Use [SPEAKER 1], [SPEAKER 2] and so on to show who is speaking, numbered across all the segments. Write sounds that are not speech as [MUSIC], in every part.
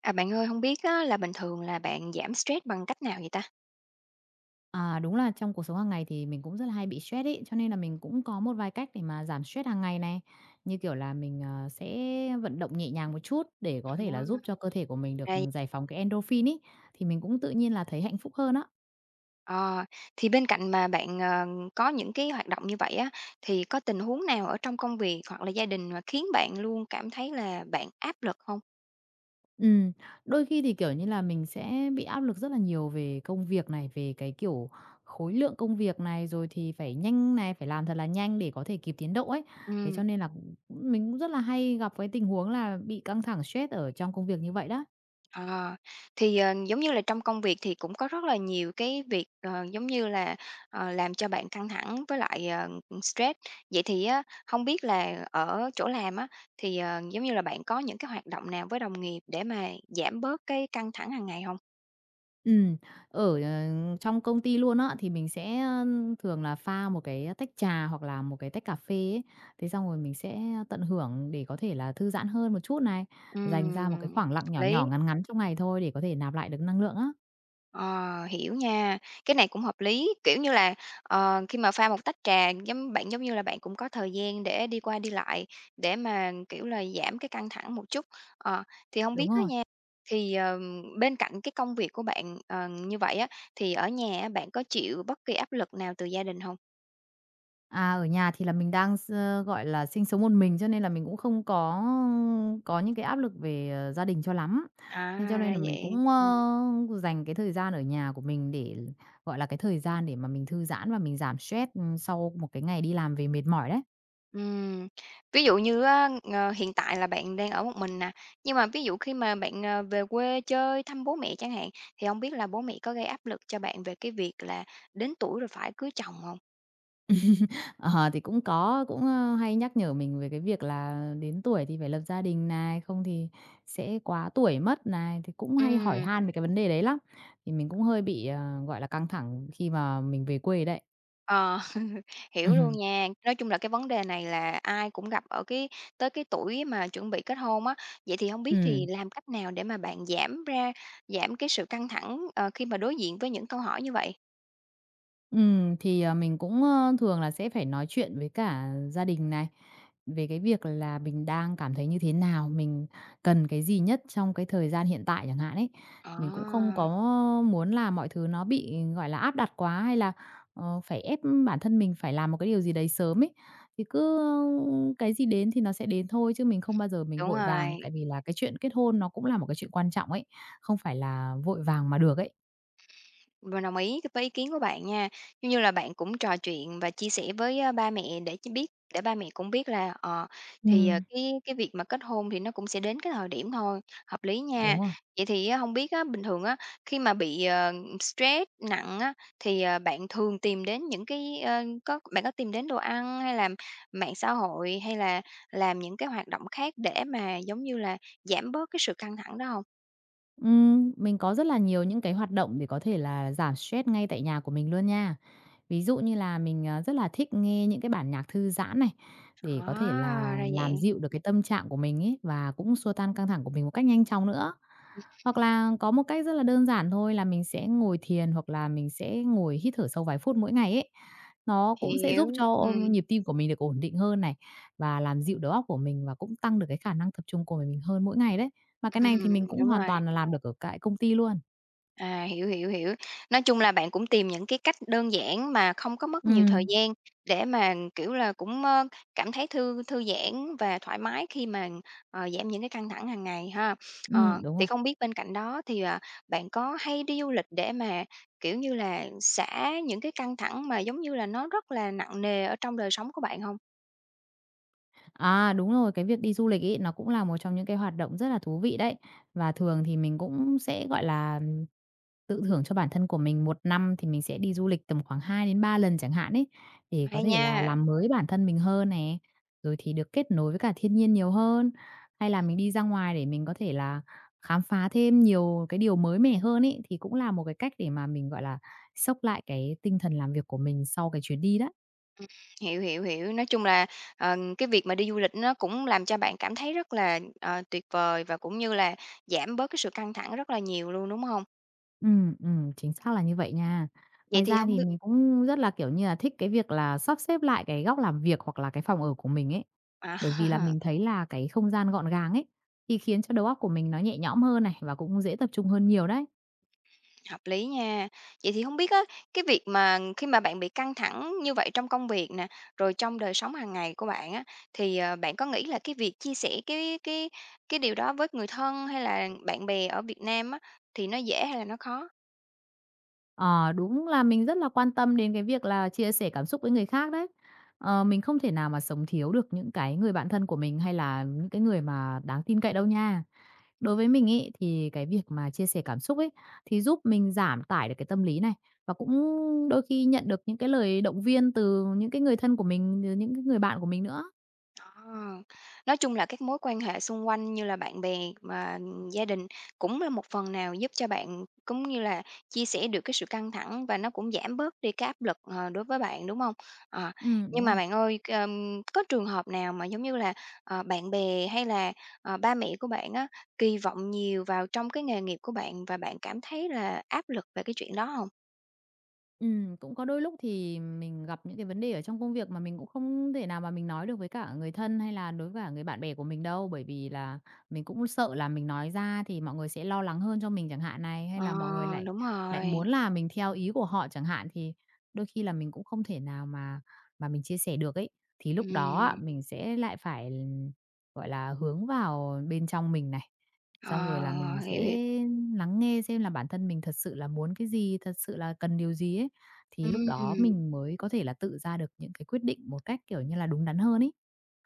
[SPEAKER 1] À, bạn ơi, không biết á là bình thường là bạn giảm stress bằng cách nào vậy ta?
[SPEAKER 2] À, đúng là trong cuộc sống hàng ngày thì mình cũng rất là hay bị stress ấy, cho nên là mình cũng có một vài cách để mà giảm stress hàng ngày này. Như kiểu là mình, sẽ vận động nhẹ nhàng một chút để có thể là giúp cho
[SPEAKER 1] À.
[SPEAKER 2] cơ thể của mình được
[SPEAKER 1] Đây.
[SPEAKER 2] giải phóng cái endorphin ấy, thì mình cũng tự nhiên là thấy hạnh phúc hơn á.
[SPEAKER 1] ờ, thì bên cạnh mà bạn, có những cái hoạt động như vậy á, thì có tình huống nào ở trong công việc hoặc là gia đình mà khiến bạn luôn cảm thấy là bạn áp lực không?
[SPEAKER 2] Ừm, Đôi khi thì, kiểu như là, mình sẽ bị áp lực rất là nhiều về công việc này, về cái, kiểu, khối lượng công việc này, rồi thì phải nhanh này, phải làm thật là nhanh để có thể kịp tiến độ ấy. Thế cho
[SPEAKER 1] Ừm.
[SPEAKER 2] nên là mình cũng rất là hay gặp cái tình huống là bị căng thẳng stress ở trong công việc như vậy đó.
[SPEAKER 1] À, thì, giống như là trong công việc thì cũng có rất là nhiều cái việc, giống như là, làm cho bạn căng thẳng với lại, stress. Vậy thì á, hông biết là ở chỗ làm á, thì, giống như là, bạn có những cái hoạt động nào với đồng nghiệp để mà giảm bớt cái căng thẳng hàng ngày không?
[SPEAKER 2] Ừm, ở, ờ, Trong công ty luôn á, thì mình sẽ, thường là pha một cái tách trà hoặc là một cái tách cà phê ấy. Thế xong rồi mình sẽ tận hưởng để có thể là thư giãn hơn một chút này, dành ra một cái
[SPEAKER 1] Ừm,
[SPEAKER 2] khoảng lặng
[SPEAKER 1] hợp
[SPEAKER 2] nhỏ
[SPEAKER 1] lý.
[SPEAKER 2] nhỏ, ngắn ngắn trong ngày thôi để có thể nạp lại được năng lượng á.
[SPEAKER 1] Ờ, hiểu nha. Cái này cũng hợp lý, kiểu như là, khi mà pha một tách trà giống bạn giống như là bạn cũng có thời gian để đi qua đi lại, để mà, kiểu là, giảm cái căng thẳng một chút. Ờ, thì không
[SPEAKER 2] Đúng
[SPEAKER 1] biết á
[SPEAKER 2] rồi.
[SPEAKER 1] nha, thì, bên cạnh cái công việc của bạn, như vậy á, thì ở nhà á, bạn có chịu bất kỳ áp lực nào từ gia đình không?
[SPEAKER 2] À, ở nhà thì là mình đang gọi là, sinh sống một mình cho nên là mình cũng không có những cái áp lực về, gia đình cho lắm.
[SPEAKER 1] À,
[SPEAKER 2] Thế cho nên
[SPEAKER 1] ra
[SPEAKER 2] là mình
[SPEAKER 1] vậy.
[SPEAKER 2] cũng, dành cái thời gian ở nhà của mình để, gọi là, cái thời gian để mà mình thư giãn và mình giảm stress, sau một cái ngày đi làm về mệt mỏi đấy.
[SPEAKER 1] Ừm, ví dụ như á, hiện tại là bạn đang ở một mình nè, nhưng mà ví dụ khi mà bạn, về quê chơi thăm bố mẹ chẳng hạn, thì không biết là bố mẹ có gây áp lực cho bạn về cái việc là đến tuổi rồi phải cưới chồng không?
[SPEAKER 2] Ờ, thì cũng có hay nhắc nhở mình về cái việc là đến tuổi thì phải lập gia đình này, không thì sẽ quá tuổi mất này, thì cũng hay hỏi
[SPEAKER 1] Ừm,
[SPEAKER 2] han về cái vấn đề đấy lắm. Thì mình cũng hơi bị, gọi là, căng thẳng khi mà mình về quê đấy.
[SPEAKER 1] ờ, [LAUGHS] hiểu luôn
[SPEAKER 2] Ừm,
[SPEAKER 1] nha. Nói chung là cái vấn đề này là ai cũng gặp ở cái tới cái tuổi mà chuẩn bị kết hôn á. Vậy thì không biết thì
[SPEAKER 2] ừm,
[SPEAKER 1] làm cách nào để mà bạn giảm cái sự căng thẳng, khi mà đối diện với những câu hỏi như vậy?
[SPEAKER 2] thì mình cũng, thường là sẽ phải nói chuyện với cả gia đình này, về cái việc là mình đang cảm thấy như thế nào, mình cần cái gì nhất trong cái thời gian hiện tại chẳng hạn ấy.
[SPEAKER 1] Ờ,
[SPEAKER 2] Mình cũng không có muốn là mọi thứ nó bị, gọi là, áp đặt quá hay là, phải ép bản thân mình phải làm một cái điều gì đấy sớm ấy. Thì cứ cái gì đến thì nó sẽ đến thôi, chứ mình không bao giờ mình
[SPEAKER 1] đúng
[SPEAKER 2] vội vàng,
[SPEAKER 1] rồi.
[SPEAKER 2] tại vì là cái chuyện kết hôn nó cũng là một cái chuyện quan trọng ấy, không phải là vội vàng mà được ấy.
[SPEAKER 1] Mình đồng ý với ý kiến của bạn nha. Giống như là bạn cũng trò chuyện và chia sẻ với, ba mẹ để cho biết để ba mẹ cũng biết là,
[SPEAKER 2] Ừm,
[SPEAKER 1] cái việc mà kết hôn thì nó cũng sẽ đến cái thời điểm thôi, hợp lý
[SPEAKER 2] đúng
[SPEAKER 1] nha.
[SPEAKER 2] rồi.
[SPEAKER 1] Vậy thì á hông biết á, bình thường á, khi mà bị, stress nặng á, thì, bạn thường tìm đến những cái, có tìm đến đồ ăn hay là mạng xã hội, hay là làm những cái hoạt động khác để mà, giống như là, giảm bớt cái sự căng thẳng đó không?
[SPEAKER 2] Mình có rất là nhiều những cái hoạt động để có thể là giảm stress ngay tại nhà của mình luôn nha. Ví dụ như là mình, rất là thích nghe những cái bản nhạc thư giãn này, để có thể
[SPEAKER 1] À,
[SPEAKER 2] là
[SPEAKER 1] ra
[SPEAKER 2] làm
[SPEAKER 1] vậy,
[SPEAKER 2] dịu được cái tâm trạng của mình ấy, và cũng xua tan căng thẳng của mình một cách nhanh chóng nữa. Hoặc là có một cách rất là đơn giản thôi là mình sẽ ngồi thiền hoặc là mình sẽ ngồi hít thở sâu vài phút mỗi ngày ấy. Nó cũng sẽ giúp
[SPEAKER 1] hiểu,
[SPEAKER 2] cho nhịp tim của mình được ổn định hơn này và làm dịu đầu óc của mình và cũng tăng được cái khả năng tập trung của mình hơn mỗi ngày đấy. Mà cái này thì
[SPEAKER 1] Ừm,
[SPEAKER 2] mình cũng
[SPEAKER 1] đúng
[SPEAKER 2] hoàn
[SPEAKER 1] rồi.
[SPEAKER 2] toàn là làm được ở tại công ty luôn.
[SPEAKER 1] À, hiểu, hiểu, hiểu. Nói chung là bạn cũng tìm những cái cách đơn giản mà không có mất nhiều thời
[SPEAKER 2] Ừm,
[SPEAKER 1] gian để mà, kiểu là, cũng, cảm thấy thư thư giãn và thoải mái khi mà, giảm những cái căng thẳng hàng ngày ha. Ờ,
[SPEAKER 2] đúng rồi.
[SPEAKER 1] thì không biết bên cạnh đó thì, à, bạn có hay đi du lịch để mà, kiểu như là, xả những cái căng thẳng mà giống như là nó rất là nặng nề ở trong đời sống của bạn không?
[SPEAKER 2] À, đúng rồi, cái việc đi du lịch ấy, nó cũng là một trong những cái hoạt động rất là thú vị đấy. Và thường thì mình cũng sẽ, gọi là, tự thưởng cho bản thân của mình, một năm thì mình sẽ đi du lịch tầm khoảng 2 đến 3 lần chẳng hạn ấy, để có
[SPEAKER 1] Hay
[SPEAKER 2] thể là
[SPEAKER 1] nha.
[SPEAKER 2] làm mới bản thân mình hơn này rồi thì được kết nối với cả thiên nhiên nhiều hơn, hay là mình đi ra ngoài để mình có thể là khám phá thêm nhiều cái điều mới mẻ hơn ấy, thì cũng là một cái cách để mà mình, gọi là, xốc lại cái tinh thần làm việc của mình sau cái chuyến đi đó.
[SPEAKER 1] Hiểu, hiểu, hiểu. Nói chung là, cái việc mà đi du lịch nó cũng làm cho bạn cảm thấy rất là, tuyệt vời và cũng như là giảm bớt cái sự căng thẳng rất là nhiều luôn, đúng không?
[SPEAKER 2] Chính xác là như vậy nha.
[SPEAKER 1] Vậy
[SPEAKER 2] Ngoài
[SPEAKER 1] thì
[SPEAKER 2] ra
[SPEAKER 1] không
[SPEAKER 2] thì
[SPEAKER 1] biết
[SPEAKER 2] mình cũng rất là, kiểu như là, thích cái việc là sắp xếp lại cái góc làm việc hoặc là cái phòng ở của mình ấy.
[SPEAKER 1] à,
[SPEAKER 2] Bởi vì là
[SPEAKER 1] [LAUGHS]
[SPEAKER 2] mình thấy là cái không gian gọn gàng ấy, thì khiến cho đầu óc của mình nó nhẹ nhõm hơn này, và cũng dễ tập trung hơn nhiều đấy.
[SPEAKER 1] hợp lý nha. Vậy thì không biết á, cái việc mà khi mà bạn bị căng thẳng như vậy trong công việc nè, rồi trong đời sống hàng ngày của bạn á, thì, bạn có nghĩ là cái việc chia sẻ cái điều đó với người thân hay là bạn bè ở Việt Nam á, thì nó dễ hay là nó khó?
[SPEAKER 2] Ờ, đúng là mình rất là quan tâm đến cái việc là chia sẻ cảm xúc với người khác đấy. Ờ, mình không thể nào mà sống thiếu được những cái người bạn thân của mình hay là những cái người mà đáng tin cậy đâu nha. Đối với mình ấy thì cái việc mà chia sẻ cảm xúc ấy thì giúp mình giảm tải được cái tâm lý này và cũng đôi khi nhận được những cái lời động viên từ những cái người thân của mình, từ những cái người bạn của mình nữa.
[SPEAKER 1] À, nói chung là các mối quan hệ xung quanh như là bạn bè mà gia đình cũng là một phần nào giúp cho bạn cũng như là chia sẻ được cái sự căng thẳng và nó cũng giảm bớt đi cái áp lực, đối với bạn, đúng không? Ờ,
[SPEAKER 2] Ừ, đúng
[SPEAKER 1] nhưng mà
[SPEAKER 2] rồi.
[SPEAKER 1] bạn ơi, có trường hợp nào mà giống như là, bạn bè hay là, ba mẹ của bạn á, kỳ vọng nhiều vào trong cái nghề nghiệp của bạn và bạn cảm thấy là áp lực về cái chuyện đó không?
[SPEAKER 2] Cũng có đôi lúc thì mình gặp những cái vấn đề ở trong công việc mà mình cũng không thể nào mà mình nói được với cả người thân hay là đối với cả người bạn bè của mình đâu, bởi vì là mình cũng sợ là mình nói ra thì mọi người sẽ lo lắng hơn cho mình chẳng hạn này, hay
[SPEAKER 1] Ờ,
[SPEAKER 2] là mọi người lại
[SPEAKER 1] đúng
[SPEAKER 2] lại
[SPEAKER 1] rồi,
[SPEAKER 2] muốn là mình theo ý của họ chẳng hạn, thì đôi khi là mình cũng không thể nào mà mình chia sẻ được ấy. Thì lúc đó á,
[SPEAKER 1] ừm,
[SPEAKER 2] mình sẽ lại phải, gọi là, hướng vào bên trong mình này, xong rồi là
[SPEAKER 1] ờ,
[SPEAKER 2] mình
[SPEAKER 1] hiểu,
[SPEAKER 2] sẽ
[SPEAKER 1] hiểu,
[SPEAKER 2] lắng nghe xem là bản thân mình thật sự là muốn cái gì, thật sự là cần điều gì ấy. Thì lúc đó
[SPEAKER 1] ừm.
[SPEAKER 2] mình mới có thể là tự ra được những cái quyết định một cách, kiểu như là, đúng đắn hơn ấy.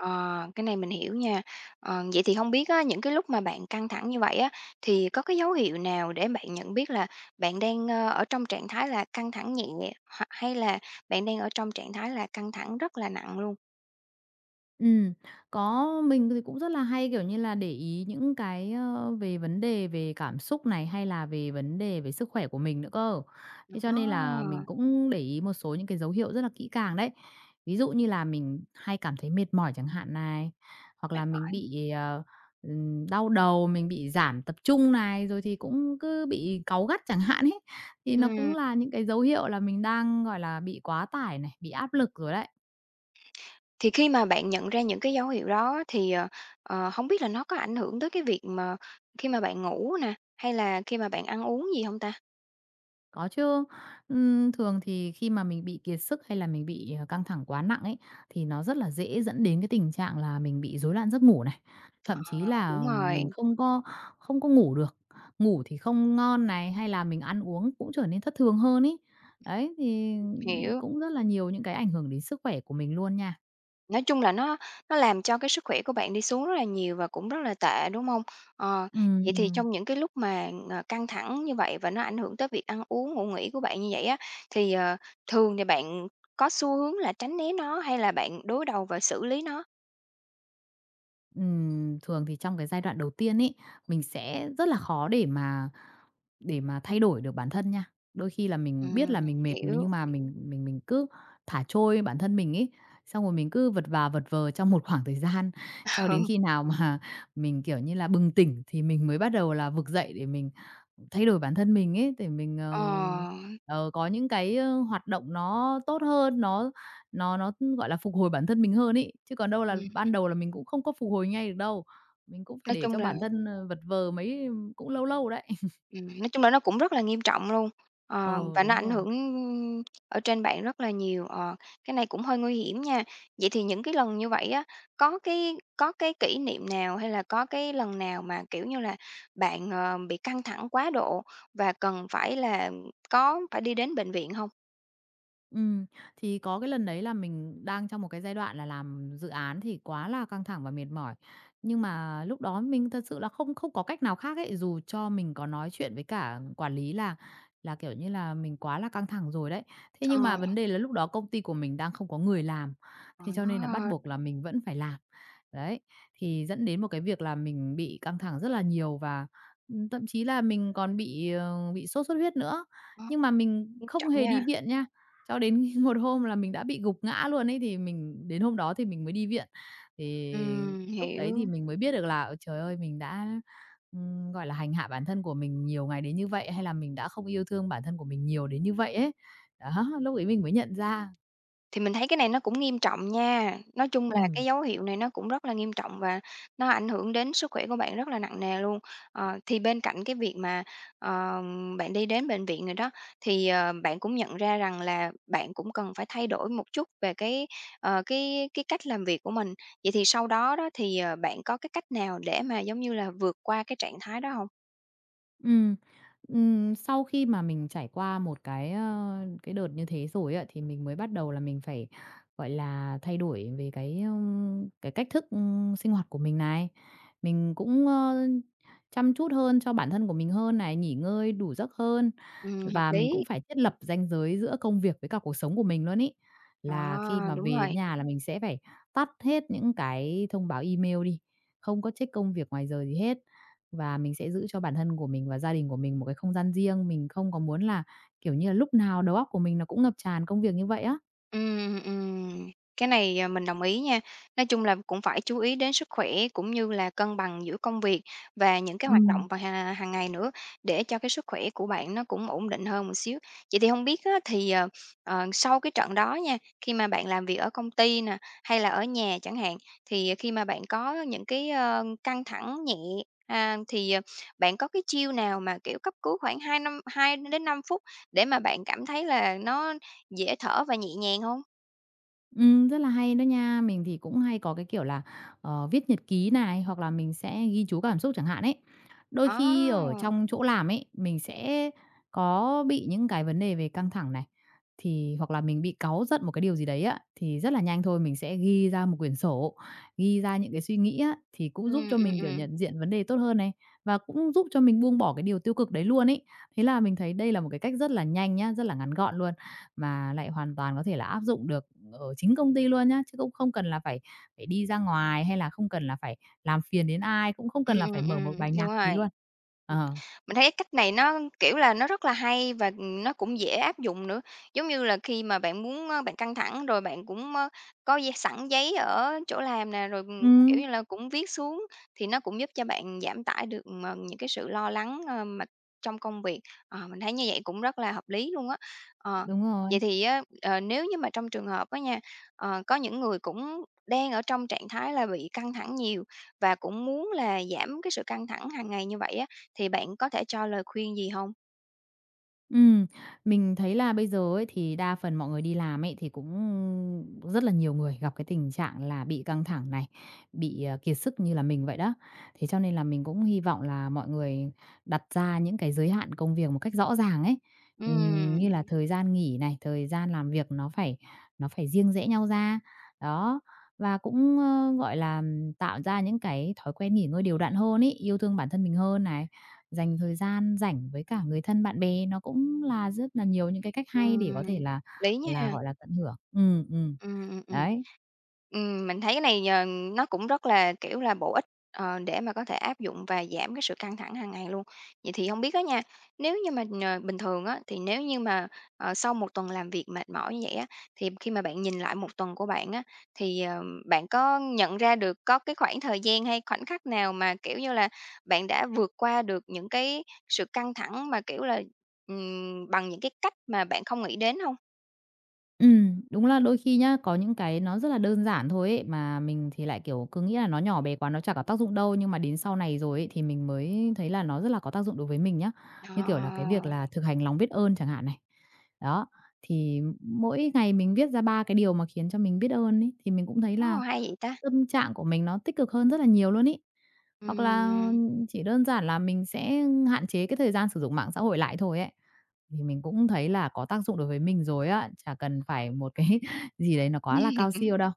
[SPEAKER 1] Ờ, cái này mình hiểu nha. Ờ, vậy thì không biết á, những cái lúc mà bạn căng thẳng như vậy á, thì có cái dấu hiệu nào để bạn nhận biết là bạn đang, ở trong trạng thái là căng thẳng nhẹ hay là bạn đang ở trong trạng thái là căng thẳng rất là nặng luôn?
[SPEAKER 2] Ừm, có. Mình thì cũng rất là hay, kiểu như là, để ý những cái, về vấn đề về cảm xúc này, hay là về vấn đề về sức khỏe của mình nữa cơ. Thế cho
[SPEAKER 1] Đó,
[SPEAKER 2] nên là mình cũng để ý một số những cái dấu hiệu rất là kỹ càng đấy. Ví dụ như là mình hay cảm thấy mệt mỏi chẳng hạn này, hoặc là
[SPEAKER 1] mệt
[SPEAKER 2] mình
[SPEAKER 1] mỏi.
[SPEAKER 2] bị, đau đầu, mình bị giảm tập trung này, rồi thì cũng cứ bị cáu gắt chẳng hạn ấy. Thì nó cũng
[SPEAKER 1] Ừm,
[SPEAKER 2] là những cái dấu hiệu là mình đang, gọi là, bị quá tải này, bị áp lực rồi đấy.
[SPEAKER 1] thì khi mà bạn nhận ra những cái dấu hiệu đó thì, hông biết là nó có ảnh hưởng tới cái việc mà khi mà bạn ngủ nè, hay là khi mà bạn ăn uống gì không ta?
[SPEAKER 2] Có chứ. Thường thì khi mà mình bị kiệt sức hay là mình bị, căng thẳng quá nặng ấy, thì nó rất là dễ dẫn đến cái tình trạng là mình bị rối loạn giấc ngủ này, thậm chí
[SPEAKER 1] Ờ, đúng
[SPEAKER 2] là
[SPEAKER 1] rồi,
[SPEAKER 2] mình không có ngủ được, ngủ thì không ngon này, hay là mình ăn uống cũng trở nên thất thường hơn ấy. Đấy, thì
[SPEAKER 1] hiểu.
[SPEAKER 2] cũng rất là nhiều những cái ảnh hưởng đến sức khỏe của mình luôn nha.
[SPEAKER 1] Nói chung là nó làm cho cái sức khỏe của bạn đi xuống rất là nhiều và cũng rất là tệ, đúng hông? Ờ,
[SPEAKER 2] Ừm,
[SPEAKER 1] vậy thì
[SPEAKER 2] ừm.
[SPEAKER 1] trong những cái lúc mà, căng thẳng như vậy và nó ảnh hưởng tới việc ăn uống, ngủ nghỉ của bạn như vậy á, thì, thường thì bạn có xu hướng là tránh né nó hay là bạn đối đầu và xử lý nó?
[SPEAKER 2] Thường thì trong cái giai đoạn đầu tiên ấy, mình sẽ rất là khó để mà thay đổi được bản thân nha. Đôi khi là mình biết
[SPEAKER 1] Ừm,
[SPEAKER 2] là mình mệt
[SPEAKER 1] hiểu.
[SPEAKER 2] nhưng mà mình cứ thả trôi bản thân mình ấy, xong rồi mình cứ vật vã vật vờ trong một [LAUGHS] khoảng thời gian cho
[SPEAKER 1] [LAUGHS]
[SPEAKER 2] đến
[SPEAKER 1] Ừ,
[SPEAKER 2] khi nào mà mình, kiểu như là, bừng tỉnh thì mình mới bắt đầu là vực dậy để mình thay đổi bản thân mình ấy, để mình,
[SPEAKER 1] ờ,
[SPEAKER 2] có những cái, hoạt động nó tốt hơn, nó, gọi là, phục hồi bản thân mình hơn ấy, chứ còn đâu là
[SPEAKER 1] ừm,
[SPEAKER 2] ban đầu là mình cũng không có phục hồi ngay được đâu. Mình cũng phải
[SPEAKER 1] nói
[SPEAKER 2] để
[SPEAKER 1] chung
[SPEAKER 2] cho
[SPEAKER 1] là
[SPEAKER 2] bản thân, vật vờ mấy cũng lâu lâu đấy. [LAUGHS]
[SPEAKER 1] Nó cũng rất là nghiêm trọng luôn,
[SPEAKER 2] Ờ,
[SPEAKER 1] và nó
[SPEAKER 2] đúng
[SPEAKER 1] ảnh
[SPEAKER 2] rồi.
[SPEAKER 1] hưởng ở trên bạn rất là nhiều, cái này cũng hơi nguy hiểm nha. Vậy thì những cái lần như vậy á, có cái kỷ niệm nào hay là có cái lần nào mà, kiểu như là, bạn, bị căng thẳng quá độ và cần phải là có phải đi đến bệnh viện không?
[SPEAKER 2] Ừm, thì có cái lần đấy là mình đang trong một cái giai đoạn là làm dự án thì quá là căng thẳng và mệt mỏi. Nhưng mà lúc đó mình thật sự là không không có cách nào khác ấy, dù cho mình có nói chuyện với cả quản lý là, kiểu như là, mình quá là căng thẳng rồi đấy. Thế
[SPEAKER 1] Ờ,
[SPEAKER 2] nhưng mà vấn đề là lúc đó công ty của mình đang không có người làm, thế cho nên là bắt
[SPEAKER 1] à,
[SPEAKER 2] buộc là mình vẫn phải làm. Đấy, thì dẫn đến một cái việc là mình bị căng thẳng rất là nhiều và, thậm chí là mình còn bị, bị sốt xuất huyết nữa.
[SPEAKER 1] đó,
[SPEAKER 2] Nhưng mà mình
[SPEAKER 1] nghiêm
[SPEAKER 2] không
[SPEAKER 1] trọng
[SPEAKER 2] hề đi
[SPEAKER 1] nha.
[SPEAKER 2] viện nha. Cho đến [LAUGHS] một hôm là mình đã bị gục ngã luôn ấy, thì mình đến hôm đó thì mình mới đi viện. Thì lúc đấy thì
[SPEAKER 1] Hiểu.
[SPEAKER 2] mình mới biết được là, ờ, trời ơi, mình đã, gọi là, hành hạ bản thân của mình nhiều ngày đến như vậy, hay là mình đã không yêu thương bản thân của mình nhiều đến như vậy ấy. Đó, lúc ấy mình mới nhận ra.
[SPEAKER 1] Thì mình thấy cái này nó cũng nghiêm trọng nha. Nói chung là
[SPEAKER 2] Ừm.
[SPEAKER 1] cái dấu hiệu này nó cũng rất là nghiêm trọng và nó ảnh hưởng đến sức khỏe của bạn rất là nặng nề luôn. Ờ, thì bên cạnh cái việc mà, ờ, bạn đi đến bệnh viện rồi đó, thì, bạn cũng nhận ra rằng là bạn cũng cần phải thay đổi một chút về cái, ờ, cái cách làm việc của mình. Vậy thì sau đó đó thì, bạn có cái cách nào để mà, giống như là, vượt qua cái trạng thái đó không?
[SPEAKER 2] Ừm, sau khi mà mình trải qua một cái, cái đợt như thế rồi á, thì mình mới bắt đầu là mình phải, gọi là, thay đổi về cái, cái cách thức, sinh hoạt của mình này. Mình cũng, chăm chút hơn cho bản thân của mình hơn này, nghỉ ngơi đủ giấc hơn
[SPEAKER 1] Hợp
[SPEAKER 2] và mình cũng
[SPEAKER 1] lý.
[SPEAKER 2] phải thiết lập ranh giới giữa công việc với cả cuộc sống của mình luôn ý. Là khi
[SPEAKER 1] Đó,
[SPEAKER 2] mà về
[SPEAKER 1] đúng
[SPEAKER 2] đến
[SPEAKER 1] rồi.
[SPEAKER 2] nhà là mình sẽ phải tắt hết những cái thông báo email đi, không có check công việc ngoài giờ gì hết. Và mình sẽ giữ cho bản thân của mình và gia đình của mình một cái không gian riêng, mình không có muốn là, kiểu như là, lúc nào đầu óc của mình nó cũng ngập tràn công việc như vậy á.
[SPEAKER 1] Ừm, ừm. Cái này, à, mình đồng ý nha. Nói chung là cũng phải chú ý đến sức khỏe cũng như là cân bằng giữa công việc và những cái hoạt
[SPEAKER 2] Ừm.
[SPEAKER 1] động và hàng ngày nữa, để cho cái sức khỏe của bạn nó cũng ổn định hơn một xíu. Vậy thì không biết á thì, sau cái trận đó nha, khi mà bạn làm việc ở công ty nè, hay là ở nhà chẳng hạn, thì khi mà bạn có những cái, căng thẳng nhẹ, à, thì, bạn có cái chiêu nào mà, kiểu, cấp cứu khoảng 2 đến 5 phút để mà bạn cảm thấy là nó dễ thở và nhẹ nhàng hông?
[SPEAKER 2] Rất là hay đó nha. Mình thì cũng hay có cái kiểu là, viết nhật ký này, hoặc là mình sẽ ghi chú cảm xúc chẳng hạn ấy. Đôi khi ở
[SPEAKER 1] Đó,
[SPEAKER 2] trong chỗ làm ấy, mình sẽ có bị những cái vấn đề về căng thẳng này, thì hoặc là mình bị cáu giận một cái điều gì đấy á, thì rất là nhanh thôi mình sẽ ghi ra một quyển sổ, ghi ra những cái suy nghĩ á, thì cũng giúp
[SPEAKER 1] ừm,
[SPEAKER 2] cho mình, kiểu, nhận diện vấn đề tốt hơn này, và cũng giúp cho mình buông bỏ cái điều tiêu cực đấy luôn ấy. Thế là mình thấy đây là một cái cách rất là nhanh nhá, rất là ngắn gọn luôn. Mà lại hoàn toàn có thể là áp dụng được ở chính công ty luôn nhá, chứ cũng không cần là phải phải đi ra ngoài, hay là không cần là phải làm phiền đến ai, cũng không cần
[SPEAKER 1] Ừm,
[SPEAKER 2] là phải
[SPEAKER 1] ừm,
[SPEAKER 2] mở một
[SPEAKER 1] ừm,
[SPEAKER 2] bài
[SPEAKER 1] đúng
[SPEAKER 2] nhạc gì
[SPEAKER 1] rồi.
[SPEAKER 2] luôn. Ờ.
[SPEAKER 1] Mình thấy cái cách này nó, kiểu là, nó rất là hay và, ừ, nó cũng dễ áp dụng nữa. Giống như là khi mà bạn muốn, bạn căng thẳng rồi bạn cũng, có giấy sẵn giấy ở chỗ làm nè, rồi, ừ, kiểu
[SPEAKER 2] Ừm,
[SPEAKER 1] như là, cũng viết xuống thì nó cũng giúp cho bạn giảm tải được, những cái sự lo lắng, mà trong công việc. Ờ, mình thấy như vậy cũng rất là hợp lý luôn á. Ờ,
[SPEAKER 2] đúng rồi.
[SPEAKER 1] vậy thì á, nếu như mà trong trường hợp á nha, có những người cũng đang ở trong trạng thái là bị căng thẳng nhiều và cũng muốn là giảm cái sự căng thẳng hàng ngày như vậy á thì bạn có thể cho lời khuyên gì hông?
[SPEAKER 2] Ừm, mình thấy là bây giờ ấy, thì đa phần mọi người đi làm ấy, thì cũng rất là nhiều người gặp cái tình trạng là bị căng thẳng này, bị, kiệt sức như là mình vậy đó. Thế cho nên là mình cũng hy vọng là mọi người đặt ra những cái giới hạn công việc một cách rõ ràng ấy. Như là
[SPEAKER 1] Ừm,
[SPEAKER 2] thời gian nghỉ này, thời gian làm việc nó phải riêng rẽ nhau ra. Đó, và cũng, gọi là, tạo ra những cái thói quen nghỉ ngơi đều đặn hơn ấy, yêu thương bản thân mình hơn này. Dành thời gian rảnh với cả người thân bạn bè nó cũng là rất là nhiều những cái cách hay để có
[SPEAKER 1] ừm,
[SPEAKER 2] thể là
[SPEAKER 1] lý nha.
[SPEAKER 2] gọi là, tận hưởng. Ừ,
[SPEAKER 1] Ừm, ừm, ừm.
[SPEAKER 2] đấy.
[SPEAKER 1] Mình thấy cái này, nó cũng rất là, kiểu là, bổ ích, để mà có thể áp dụng và giảm cái sự căng thẳng hàng ngày luôn. Vậy thì hông biết á nha, nếu như mà, bình thường á, thì nếu như mà, sau một tuần làm việc mệt mỏi như vậy á, thì khi mà bạn nhìn lại một tuần của bạn á, thì, bạn có nhận ra được có cái khoảng thời gian hay khoảnh khắc nào mà, kiểu như là, bạn đã vượt qua được những cái sự căng thẳng mà, kiểu là, bằng những cái cách mà bạn không nghĩ đến hông?
[SPEAKER 2] Đúng là đôi khi nhá, có những cái nó rất là đơn giản thôi ấy, mà mình thì lại, kiểu, cứ nghĩ là nó nhỏ bé quá, nó chả có tác dụng đâu, nhưng mà đến sau này rồi ấy, thì mình mới thấy là nó rất là có tác dụng đối với mình nhá. Như kiểu là cái
[SPEAKER 1] Ờ,
[SPEAKER 2] việc là thực hành lòng biết ơn chẳng hạn này. Đó, thì mỗi ngày mình viết ra 3 cái điều mà khiến cho mình biết ơn ấy, thì mình cũng thấy
[SPEAKER 1] ô,
[SPEAKER 2] là
[SPEAKER 1] hay vậy ta!
[SPEAKER 2] tâm trạng của mình nó tích cực hơn rất là nhiều luôn ý. Hoặc là
[SPEAKER 1] Ừm,
[SPEAKER 2] chỉ đơn giản là mình sẽ hạn chế cái thời gian sử dụng mạng xã hội lại thôi ấy. Thì mình cũng thấy là có tác dụng đối với mình rồi á, chả cần phải một cái [LAUGHS] gì đấy nó quá là cao siêu đâu.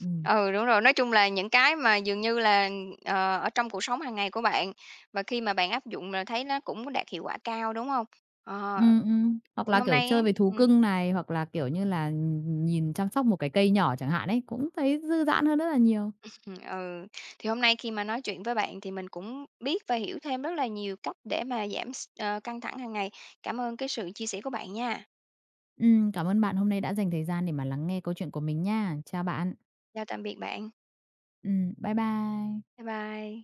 [SPEAKER 2] Ừm,
[SPEAKER 1] ừ, đúng rồi. Nói chung là những cái mà dường như là, ở trong cuộc sống hàng ngày của bạn, và khi mà bạn áp dụng là thấy nó cũng đạt hiệu quả cao, đúng không? Ờ,
[SPEAKER 2] hoặc
[SPEAKER 1] thì
[SPEAKER 2] là,
[SPEAKER 1] hôm
[SPEAKER 2] kiểu,
[SPEAKER 1] nay á
[SPEAKER 2] chơi với thú
[SPEAKER 1] ừm,
[SPEAKER 2] cưng này, hoặc là, kiểu như là, nhìn chăm sóc một cái cây nhỏ chẳng hạn ấy, cũng thấy dư dãn hơn rất là nhiều.
[SPEAKER 1] ừm, ừ, thì hôm nay khi mà nói chuyện với bạn thì mình cũng biết và hiểu thêm rất là nhiều cách để mà giảm căng thẳng hàng ngày. Cảm ơn cái sự chia sẻ của bạn nha.
[SPEAKER 2] Cảm ơn bạn hôm nay đã dành thời gian để mà lắng nghe câu chuyện của mình nha. Chào bạn.
[SPEAKER 1] Chào tạm biệt bạn.
[SPEAKER 2] Bye bye.
[SPEAKER 1] Bye bye.